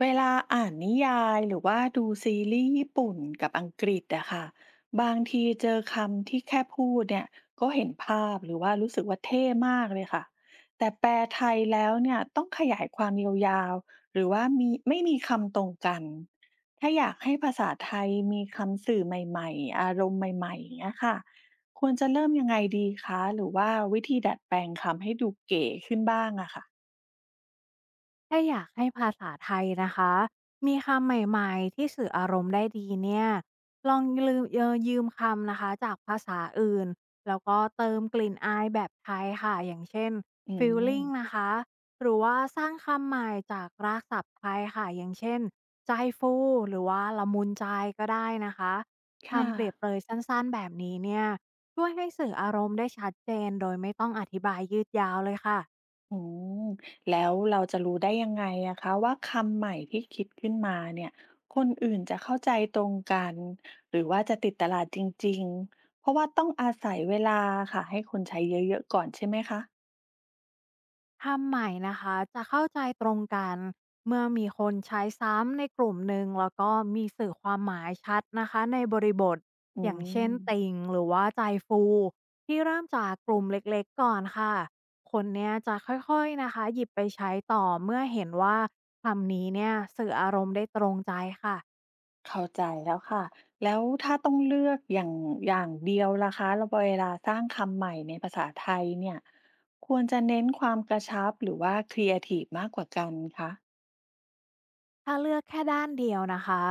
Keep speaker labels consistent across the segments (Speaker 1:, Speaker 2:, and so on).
Speaker 1: เวลาอ่านนิยายหรือว่าดูซีรีส์ญี่ปุ่นกับอังกฤษอะค่ะบางทีเจอคำที่แค่พูดเนี่ยก็เห็นภาพหรือว่ารู้สึกว่าเท่มากเลยค่ะแต่แปลไทยแล้วเนี่ยต้องขยายความยาวๆหรือว่ามีไม่มีคำตรงกันถ้าอยากให้ภาษาไทยมีคำสื่อใหม่ๆอารมณ์ใหม่ๆอย่างเงี้ยค่ะควรจะเริ่มยังไงดีคะหรือว่าวิธีดัดแปลงคำให้ดูเก๋ขึ้นบ้างอะค่ะ
Speaker 2: ถ้าอยากให้ภาษาไทยนะคะมีคำใหม่ๆที่สื่ออารมณ์ได้ดีเนี่ยลองลืมเยอยืมคำนะคะจากภาษาอื่นแล้วก็เติมกลิ่นอายแบบไทยค่ะอย่างเช่น
Speaker 1: อืม
Speaker 2: feeling นะคะหรือว่าสร้างคำใหม่จากรากศัพท์ไทยค่ะอย่างเช่นใจฟูหรือว่าละมุนใจก็ได้นะคะ
Speaker 1: ค่ะ
Speaker 2: คำเปรียบเปรยสั้นๆแบบนี้เนี่ยช่วยให้สื่ออารมณ์ได้ชัดเจนโดยไม่ต้องอธิบายยืดยาวเลยค่ะ
Speaker 1: อืมแล้วเราจะรู้ได้ยังไงอะคะว่าคำใหม่ที่คิดขึ้นมาเนี่ยคนอื่นจะเข้าใจตรงกันหรือว่าจะติดตลาดจริงๆเพราะว่าต้องอาศัยเวลาค่ะให้คนใช้เยอะๆก่อนใช่ไหมคะ
Speaker 2: คำใหม่นะคะจะเข้าใจตรงกันเมื่อมีคนใช้ซ้ำในกลุ่มหนึ่งแล้วก็มีสื่อความหมายชัดนะคะในบริบทอ
Speaker 1: อื
Speaker 2: ย่างเช่
Speaker 1: ม
Speaker 2: นติ่งหรือว่าใจฟูที่เริ่มจากกลุ่มเล็กๆก่อนค่ะคนเนี้ยจะค่อยๆนะคะหยิบไปใช้ต่อเมื่อเห็นว่าคำนี้เนี่ยสื่ออารมณ์ได้ตรงใจค่ะ
Speaker 1: เข้าใจแล้วค่ะแล้วถ้าต้องเลือกอย่างเดียวล่ะคะแล้วเวลาสร้างคำใหม่ในภาษาไทยเนี่ยควรจะเน้นความกระชับหรือว่าครีเอทีฟมากกว่ากันคะ
Speaker 2: ถ้าเลือกแค่ด้านเดียวนะคะ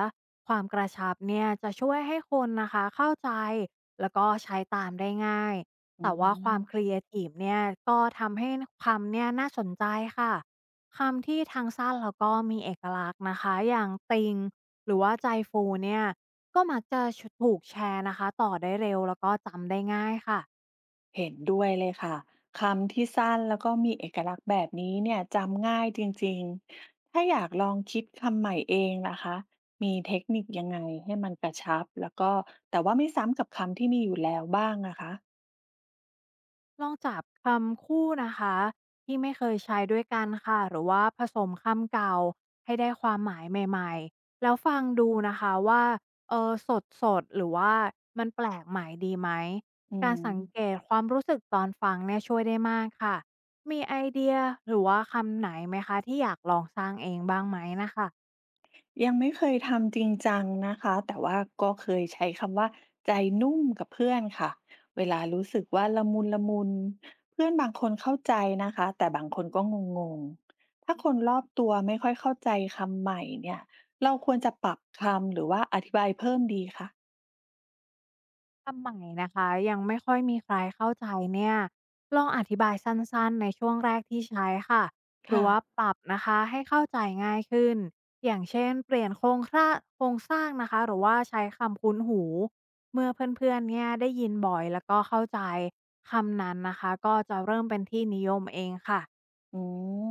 Speaker 2: ความกระชับเนี่ยจะช่วยให้คนนะคะเข้าใจแล้วก็ใช้ตามได้ง่าย
Speaker 1: อื
Speaker 2: แต่ว่าความค
Speaker 1: ม
Speaker 2: รีเอทีฟเนี่ยก็ทำให้คำเนี่ยน่าสนใจค่ะคำที่ทางสั้นแล้วก็มีเอกลักษณ์นะคะอย่างติงหรือว่าใจฟูเนี่ยก็มักจะถูกแชร์นะคะต่อได้เร็วแล้วก็จำได้ง่ายค่ะ
Speaker 1: เห็นด้วยเลยค่ะคำที่สั้นแล้วก็มีเอกลักษณ์แบบนี้เนี่ยจำง่ายจริงๆถ้าอยากลองคิดคำใหม่เองนะคะมีเทคนิคยังไงให้มันกระชับแล้วก็แต่ว่าไม่ซ้ำกับคำที่มีอยู่แล้วบ้างนะคะ
Speaker 2: ลองจับคำคู่นะคะที่ไม่เคยใช้ด้วยกันค่ะหรือว่าผสมคำเก่าให้ได้ความหมายใหม่ๆแล้วฟังดูนะคะว่าเออสดสดหรือว่ามันแปลกใหม่ดีไหม
Speaker 1: อื
Speaker 2: การสังเก
Speaker 1: ม
Speaker 2: ตความรู้สึกตอนฟังเนี่ยช่วยได้มากค่ะมีไอเดียหรือว่าคำไหนไหมคะที่อยากลองสร้างเองบ้างไหมนะคะ
Speaker 1: ยังไม่เคยทำจริงจังนะคะแต่ว่าก็เคยใช้คำว่าใจนุ่มกับเพื่อนค่ะเวลารู้สึกว่าละมุนละมุนเพื่อนบางคนเข้าใจนะคะแต่บางคนก็งงๆถ้าคนรอบตัวไม่ค่อยเข้าใจคำใหม่เนี่ยเราควรจะปรับคำหรือว่าอธิบายเพิ่มดีคะ
Speaker 2: ทำใหม่นะคะยังไม่ค่อยมีใครเข้าใจเนี่ยลองอธิบายสั้นๆในช่วงแรกที่ใช้ค่ะหรือ
Speaker 1: ค่ะ
Speaker 2: ว่าปรับนะคะให้เข้าใจง่ายขึ้นอย่างเช่นเปลี่ยนโครงสร้างนะคะหรือว่าใช้คำคุ้นหูเมื่อเพื่อนๆเนี่ยได้ยินบ่อยแล้วก็เข้าใจคำนั้นนะคะก็จะเริ่มเป็นที่นิยมเองค่ะ
Speaker 1: อืม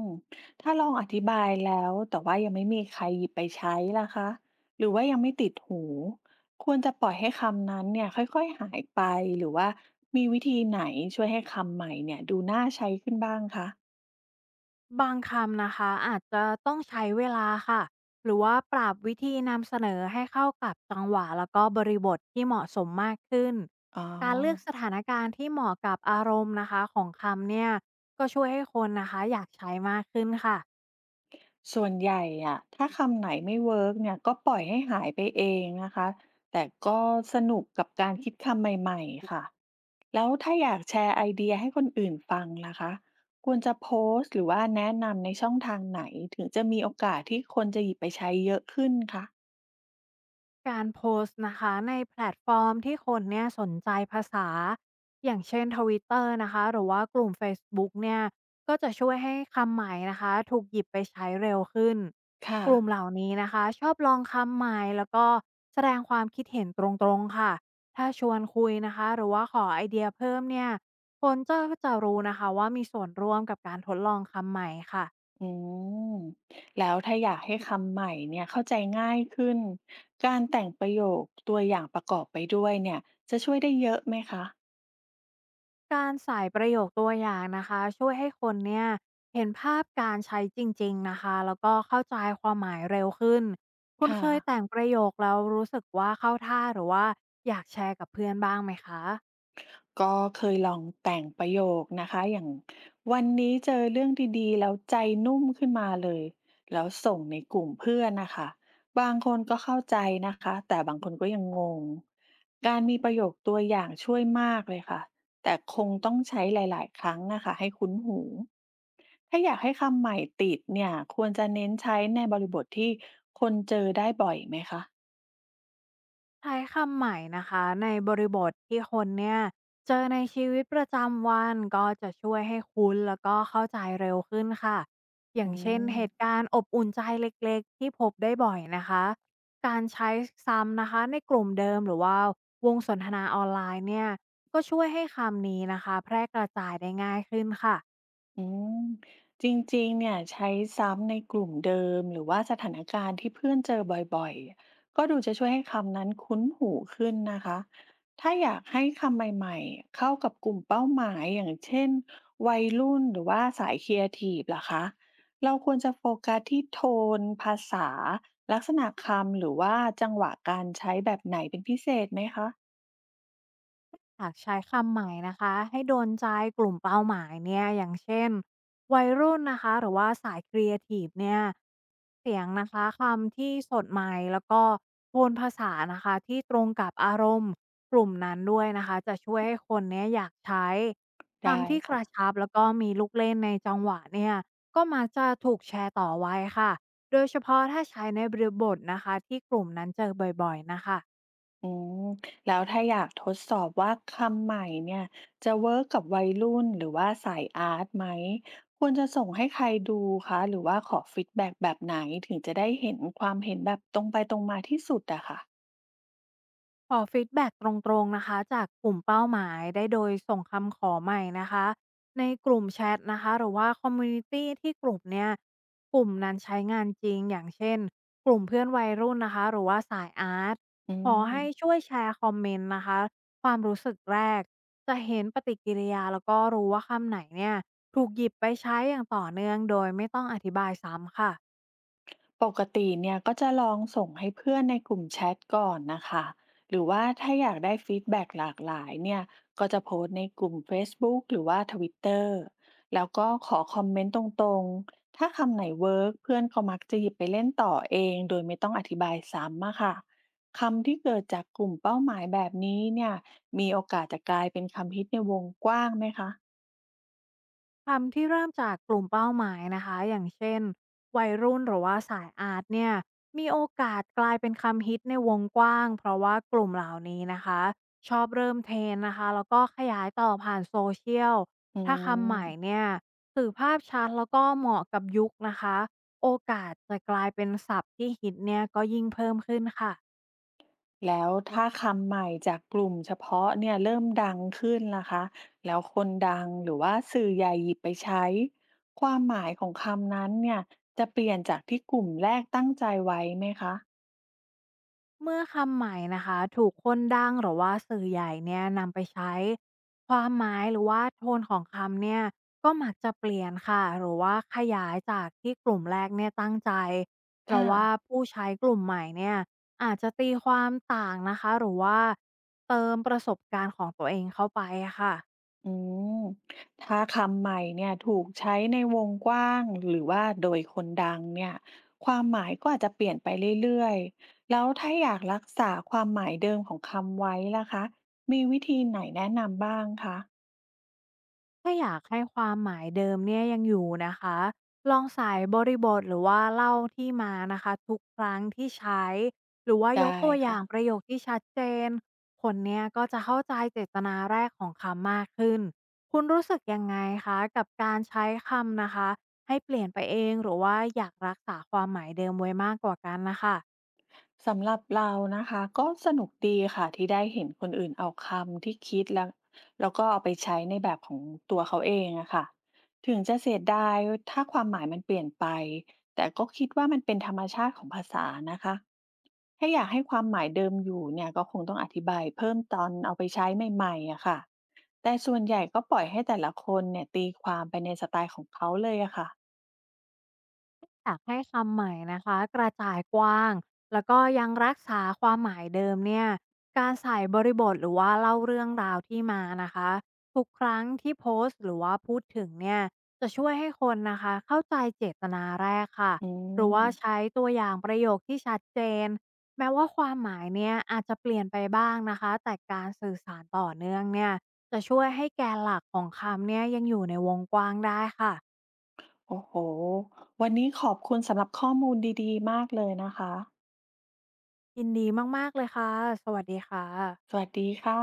Speaker 1: ถ้าลองอธิบายแล้วแต่ว่ายังไม่มีใครหยิบไปใช้ล่ะคะหรือว่ายังไม่ติดหูควรจะปล่อยให้คำนั้นเนี่ยค่อยๆหายไปหรือว่ามีวิธีไหนช่วยให้คำใหม่เนี่ยดูน่าใช้ขึ้นบ้างคะ
Speaker 2: บางคำนะคะอาจจะต้องใช้เวลาค่ะหรือว่าปรับวิธีนำเสนอให้เข้ากับจังหวะแล้วก็บริบทที่เหมาะสมมากขึ้น
Speaker 1: อ๋อ
Speaker 2: การเลือกสถานการณ์ที่เหมาะกับอารมณ์นะคะของคำเนี่ยก็ช่วยให้คนนะคะอยากใช้มากขึ้นค่ะ
Speaker 1: ส่วนใหญ่อะถ้าคำไหนไม่เวิร์กเนี่ยก็ปล่อยให้หายไปเองนะคะแต่ก็สนุกกับการคิดคำใหม่ๆค่ะ แล้วถ้าอยากแชร์ไอเดียให้คนอื่นฟังล่ะคะควรจะโพสต์หรือว่าแนะนำในช่องทางไหนถึงจะมีโอกาสที่คนจะหยิบไปใช้เยอะขึ้นคะ
Speaker 2: การโพสต์นะคะในแพลตฟอร์มที่คนเนี่ยสนใจภาษาอย่างเช่น Twitter นะคะหรือว่ากลุ่ม Facebook เนี่ยก็จะช่วยให้คำใหม่นะคะถูกหยิบไปใช้เร็วขึ้น
Speaker 1: ค่ะ
Speaker 2: กลุ่มเหล่านี้นะคะชอบลองคำใหม่แล้วก็แสดงความคิดเห็นตรงๆค่ะถ้าชวนคุยนะคะหรือว่าขอไอเดียเพิ่มเนี่ยคนจะรู้นะคะว่ามีส่วนร่วมกับการทดลองคำใหม่ค่ะ
Speaker 1: อืมแล้วถ้าอยากให้คำใหม่เนี่ยเข้าใจง่ายขึ้นการแต่งประโยคตัวอย่างประกอบไปด้วยเนี่ยจะช่วยได้เยอะไหมคะ
Speaker 2: การใส่ประโยคตัวอย่างนะคะช่วยให้คนเนี่ยเห็นภาพการใช้จริงๆนะคะแล้วก็เข้าใจความหมายเร็วขึ้นคุณ
Speaker 1: ค่ะ
Speaker 2: เคยแต่งประโยคแล้วรู้สึกว่าเข้าท่าหรือว่าอยากแชร์กับเพื่อนบ้างไหมคะ
Speaker 1: ก็เคยลองแต่งประโยคนะคะอย่างวันนี้เจอเรื่องดีๆแล้วใจนุ่มขึ้นมาเลยแล้วส่งในกลุ่มเพื่อนนะคะบางคนก็เข้าใจนะคะแต่บางคนก็ยังงงการมีประโยคตัวอย่างช่วยมากเลยค่ะแต่คงต้องใช้หลายๆครั้งนะคะให้คุ้นหูถ้าอยากให้คำใหม่ติดเนี่ยควรจะเน้นใช้ในบริบทที่คนเจอได้บ่อยไหมคะ
Speaker 2: ใช้คำใหม่นะคะในบริบทที่คนเนี่ยเจอในชีวิตประจำวันก็จะช่วยให้คุ้นแล้วก็เข้าใจเร็วขึ้นค่ะอย่า
Speaker 1: อื
Speaker 2: งเช่นเหตุ
Speaker 1: ม
Speaker 2: การณ์อบอุ่นใจเล็กๆที่พบได้บ่อยนะคะการใช้ซ้ำนะคะในกลุ่มเดิมหรือว่าวงสนทนาออนไลน์เนี่ยก็ช่วยให้คำนี้นะคะแพร่กระจายได้ง่ายขึ้นค่ะ
Speaker 1: อืมจริงๆเนี่ยใช้ซ้ำในกลุ่มเดิมหรือว่าสถานการณ์ที่เพื่อนเจอบ่อยๆ ก็ดูจะช่วยให้คำนั้นคุ้นหูขึ้นนะคะ ถ้าอยากให้คำใหม่ๆ เข้ากับกลุ่มเป้าหมายอย่างเช่นวัยรุ่นหรือว่าสายครีเอทีฟล่ะคะ เราควรจะโฟกัสที่โทนภาษาลักษณะคำหรือว่าจังหวะการใช้แบบไหนเป็นพิเศษไหมคะ
Speaker 2: หากใช้คำใหม่นะคะให้โดนใจกลุ่มเป้าหมายเนี่ยอย่างเช่นวัยรุ่นนะคะหรือว่าสายครีเอทีฟเนี่ยเสียงนะคะคำที่สดใหม่แล้วก็โทนภาษานะคะที่ตรงกับอารมณ์กลุ่มนั้นด้วยนะคะจะช่วยให้คนเนี้ยอยากใช้
Speaker 1: ได้
Speaker 2: คำที่กระ
Speaker 1: ค่ะ
Speaker 2: ชับแล้วก็มีลูกเล่นในจังหวะเนี่ยก็มักจะถูกแชร์ต่อไว้ค่ะโดยเฉพาะถ้าใช้ในบริบทนะคะที่กลุ่มนั้นเจอบ่อยๆนะคะ
Speaker 1: อืมแล้วถ้าอยากทดสอบว่าคำใหม่เนี่ยจะเวิร์กกับวัยรุ่นหรือว่าสายอาร์ตไหมควรจะส่งให้ใครดูคะหรือว่าขอฟีดแบ็กแบบไหนถึงจะได้เห็นความเห็นแบบตรงไปตรงมาที่สุดอะค่ะ
Speaker 2: ขอฟีดแบ็กตรงๆนะคะจากกลุ่มเป้าหมายได้โดยส่งคำขอใหม่นะคะในกลุ่มแชทนะคะหรือว่าคอมมูนิตี้ที่กลุ่มนั้นใช้งานจริงอย่างเช่นกลุ่มเพื่อนวัยรุ่นนะคะหรือว่าสายอาร์ต
Speaker 1: อื
Speaker 2: ขอให้ช่
Speaker 1: ม
Speaker 2: วยแชร์คอมเมนต์นะคะความรู้สึกแรกจะเห็นปฏิกิริยาแล้วก็รู้ว่าคำไหนเนี่ยถูกหยิบไปใช้อย่างต่อเนื่องโดยไม่ต้องอธิบายซ้ำค่ะ
Speaker 1: ปกติเนี่ยก็จะลองส่งให้เพื่อนในกลุ่มแชทก่อนนะคะหรือว่าถ้าอยากได้ฟีดแบ็กหลากหลายเนี่ยก็จะโพสต์ในกลุ่ม Facebook หรือว่า Twitter แล้วก็ขอคอมเมนต์ตรงๆถ้าคำไหนเวิร์กเพื่อนก็มักจะหยิบไปเล่นต่อเองโดยไม่ต้องอธิบายซ้ำอะค่ะคำที่เกิดจากกลุ่มเป้าหมายแบบนี้เนี่ยมีโอกาสจะกลายเป็นคำฮิตในวงกว้างไหมคะ
Speaker 2: คำที่เริ่มจากกลุ่มเป้าหมายนะคะอย่างเช่นวัยรุ่นหรือว่าสายอาร์ตเนี่ยมีโอกาสกลายเป็นคำฮิตในวงกว้างเพราะว่ากลุ่มเหล่านี้นะคะชอบเริ่มเทรนด์นะคะแล้วก็ขยายต่อผ่านโซเชียล
Speaker 1: อื
Speaker 2: ถ้าคำใหม่
Speaker 1: ม
Speaker 2: เนี่ยสื่อภาพชัดแล้วก็เหมาะกับยุคนะคะโอกาสจะกลายเป็นศัพท์ที่ฮิตเนี่ยก็ยิ่งเพิ่มขึ้นค่ะ
Speaker 1: แล้วถ้าคำใหม่จากกลุ่มเฉพาะเนี่ยเริ่มดังขึ้นล่ะคะแล้วคนดังหรือว่าสื่อใหญ่หยิบไปใช้ความหมายของคำนั้นเนี่ยจะเปลี่ยนจากที่กลุ่มแรกตั้งใจไว้ไหมคะ
Speaker 2: เมื่อคำใหม่นะคะถูกคนดังหรือว่าสื่อใหญ่เนี่ยนำไปใช้ความหมายหรือว่าโทนของคำเนี่ยก็มักจะเปลี่ยนค่ะหรือว่าขยายจากที่กลุ่มแรกเนี่ยตั้งใจเพราะ
Speaker 1: ค่ะ
Speaker 2: ว่าผู้ใช้กลุ่มใหม่เนี่ยอาจจะตีความต่างนะคะหรือว่าเติมประสบการณ์ของตัวเองเข้าไปค่ะ
Speaker 1: อืมถ้าคำใหม่เนี่ยถูกใช้ในวงกว้างหรือว่าโดยคนดังเนี่ยความหมายก็อาจจะเปลี่ยนไปเรื่อยๆแล้วถ้าอยากรักษาความหมายเดิมของคำไว้ล่ะคะมีวิธีไหนแนะนำบ้างคะ
Speaker 2: ถ้าอยากให้ความหมายเดิมเนี่ยยังอยู่นะคะลองใส่บริบทหรือว่าเล่าที่มานะคะทุกครั้งที่ใช้หรือว่ายก
Speaker 1: ได้
Speaker 2: ตัวอย่า
Speaker 1: ค่ะ
Speaker 2: งประโยคที่ชัดเจนคนเนี่ยก็จะเข้าใจเจตนาแรกของคำมากขึ้นคุณรู้สึกยังไงคะกับการใช้คำนะคะให้เปลี่ยนไปเองหรือว่าอยากรักษาความหมายเดิมไว้มากกว่ากันนะคะ
Speaker 1: สำหรับเรานะคะก็สนุกดีค่ะที่ได้เห็นคนอื่นเอาคำที่คิดแล้วแล้วก็เอาไปใช้ในแบบของตัวเขาเองอะค่ะถึงจะเสียดายถ้าความหมายมันเปลี่ยนไปแต่ก็คิดว่ามันเป็นธรรมชาติของภาษานะคะถ้าอยากให้ความหมายเดิมอยู่เนี่ยก็คงต้องอธิบายเพิ่มตอนเอาไปใช้ใหม่ๆอะค่ะแต่ส่วนใหญ่ก็ปล่อยให้แต่ละคนเนี่ยตีความไปในสไตล์ของเขาเลยอะค่ะ
Speaker 2: อยากให้คำใหม่นะคะกระจายกว้างแล้วก็ยังรักษาความหมายเดิมเนี่ยการใส่บริบทหรือว่าเล่าเรื่องราวที่มานะคะทุกครั้งที่โพสต์หรือว่าพูดถึงเนี่ยจะช่วยให้คนนะคะเข้าใจเจตนาแรกค่ะ
Speaker 1: อื
Speaker 2: หรือว่า
Speaker 1: ม
Speaker 2: ใช้ตัวอย่างประโยคที่ชัดเจนแม้ว่าความหมายเนี่ยอาจจะเปลี่ยนไปบ้างนะคะแต่การสื่อสารต่อเนื่องเนี่ยจะช่วยให้แกนหลักของคำเนี่ยยังอยู่ในวงกว้างได้ค่ะ
Speaker 1: โอ้โหวันนี้ขอบคุณสำหรับข้อมูลดีๆมากเลยนะคะ
Speaker 2: ยินดีมากๆเลยค่ะ สวัสดีค่ะ
Speaker 1: สวัสดีค่ะ